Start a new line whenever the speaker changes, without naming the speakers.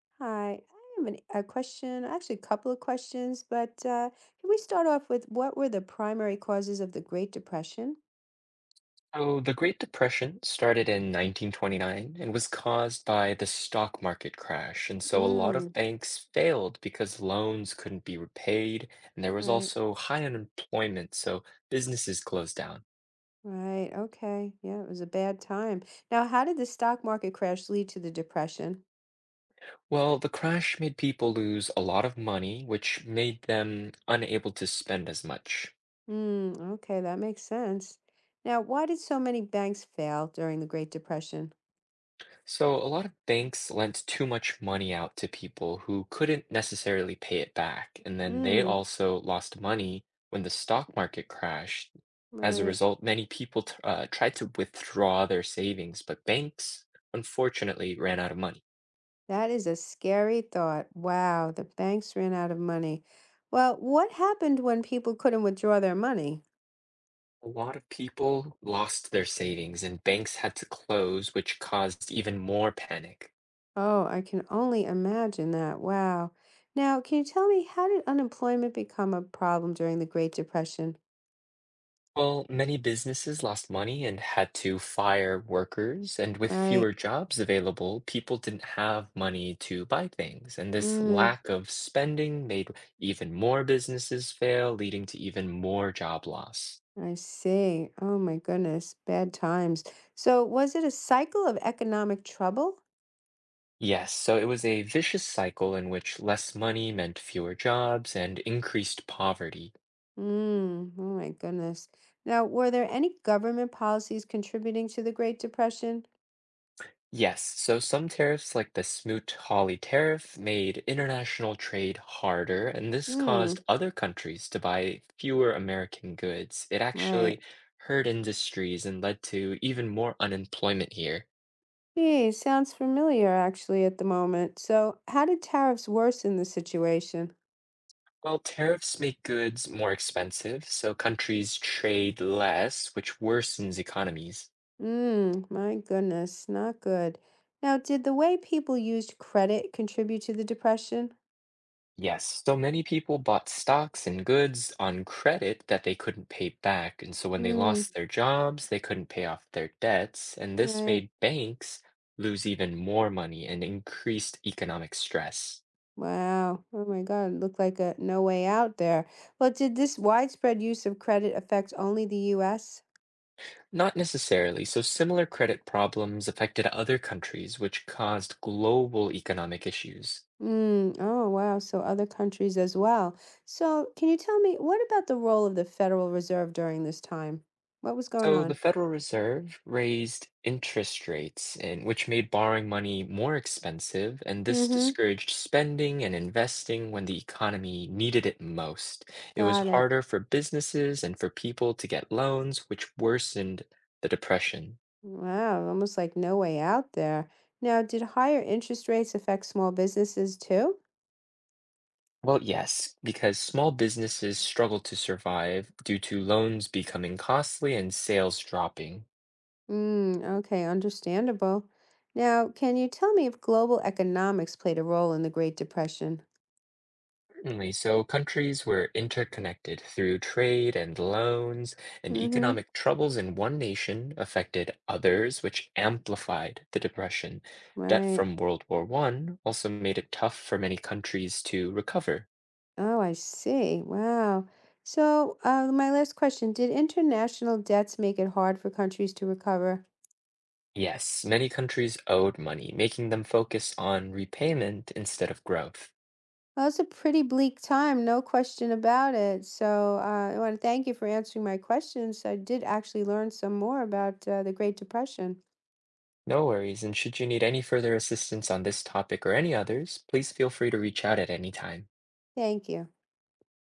Hi, I have a question, actually, a couple of questions, but can we start off with what were the primary causes of the Great Depression?
So the Great Depression started in 1929 and was caused by the stock market crash. And so a lot of
Mm.
banks failed because loans couldn't be repaid, and there
Mm,
was
right,
also high unemployment, so businesses closed down.
right, okay. Yeah, it was a bad time. Now, how did the stock market crash lead to the depression?
Well, the crash made people lose a lot of money, which made them unable to spend as much.
Mm, okay, that makes sense. Now, why did so many banks fail during the Great Depression?
So, a lot of banks lent too much money out to people who couldn't necessarily pay it back, and then they
Mm,
also lost money when the stock market crashed. As a
right.
result, many people tried to withdraw their savings, but banks unfortunately ran out of money.
That is a scary thought. Wow, the banks ran out of money. Well, what happened when people couldn't withdraw their money?
A lot of people lost their savings, and banks had to close, which caused even more panic.
Oh, I can only imagine that. Wow. Now, can you tell me, how did unemployment become a problem during the Great Depression?
Well, many businesses lost money and had to fire workers, and with
Right.
fewer jobs available, people didn't have money to buy things. And this
Mm,
lack of spending made even more businesses fail, leading to even more job loss.
I see. Oh my goodness, bad times. So, was it a cycle of economic trouble?
Yes, so it was a vicious cycle in which less money meant fewer jobs and increased poverty.
Mm, oh my goodness. Now, were there any government policies contributing to the Great Depression?
Yes, so some tariffs, like the Smoot-Hawley tariff, made international trade harder, and this caused
Hmm,
other countries to buy fewer American goods. It actually
right.
hurt industries and led to even more unemployment here.
Gee, sounds familiar actually at the moment. So, how did tariffs worsen the situation?
Well, tariffs make goods more expensive, so countries trade less, which worsens economies.
Mm, my goodness, not good. Now, did the way people used credit contribute to the depression?
Yes, so many people bought stocks and goods on credit that they couldn't pay back, and so when they
Mm,
lost their jobs, they couldn't pay off their debts, and this
right.
made banks lose even more money and increased economic stress.
Wow. Oh my God, it looked like a no way out there. Well, did this widespread use of credit affect only the US?
Not necessarily, so similar credit problems affected other countries, which caused global economic issues.
Mm, oh wow, so other countries as well. So, can you tell me, what about the role of the Federal Reserve during this time? What was going
So the
on?
Federal Reserve raised interest rates, and which made borrowing money more expensive, and this
Mm-hmm.
discouraged spending and investing when the economy needed it most. It was
Got it.
harder for businesses and for people to get loans, which worsened the depression.
Wow, almost like no way out there. Now, did higher interest rates affect small businesses too?
Well, yes, because small businesses struggled to survive due to loans becoming costly and sales dropping.
Mm, okay, understandable. Now, can you tell me if global economics played a role in the Great Depression?
Certainly. So countries were interconnected through trade and loans, and
Mm-hmm.
economic troubles in one nation affected others, which amplified the depression. Debt
Right.
from World War I also made it tough for many countries to recover.
Oh, I see. Wow. So, my last question, did international debts make it hard for countries to recover?
Yes, many countries owed money, making them focus on repayment instead of growth.
Well, it's a pretty bleak time, no question about it. So, I want to thank you for answering my questions. I did actually learn some more about the Great Depression.
No worries, and should you need any further assistance on this topic or any others, please feel free to reach out at any time.
Thank you.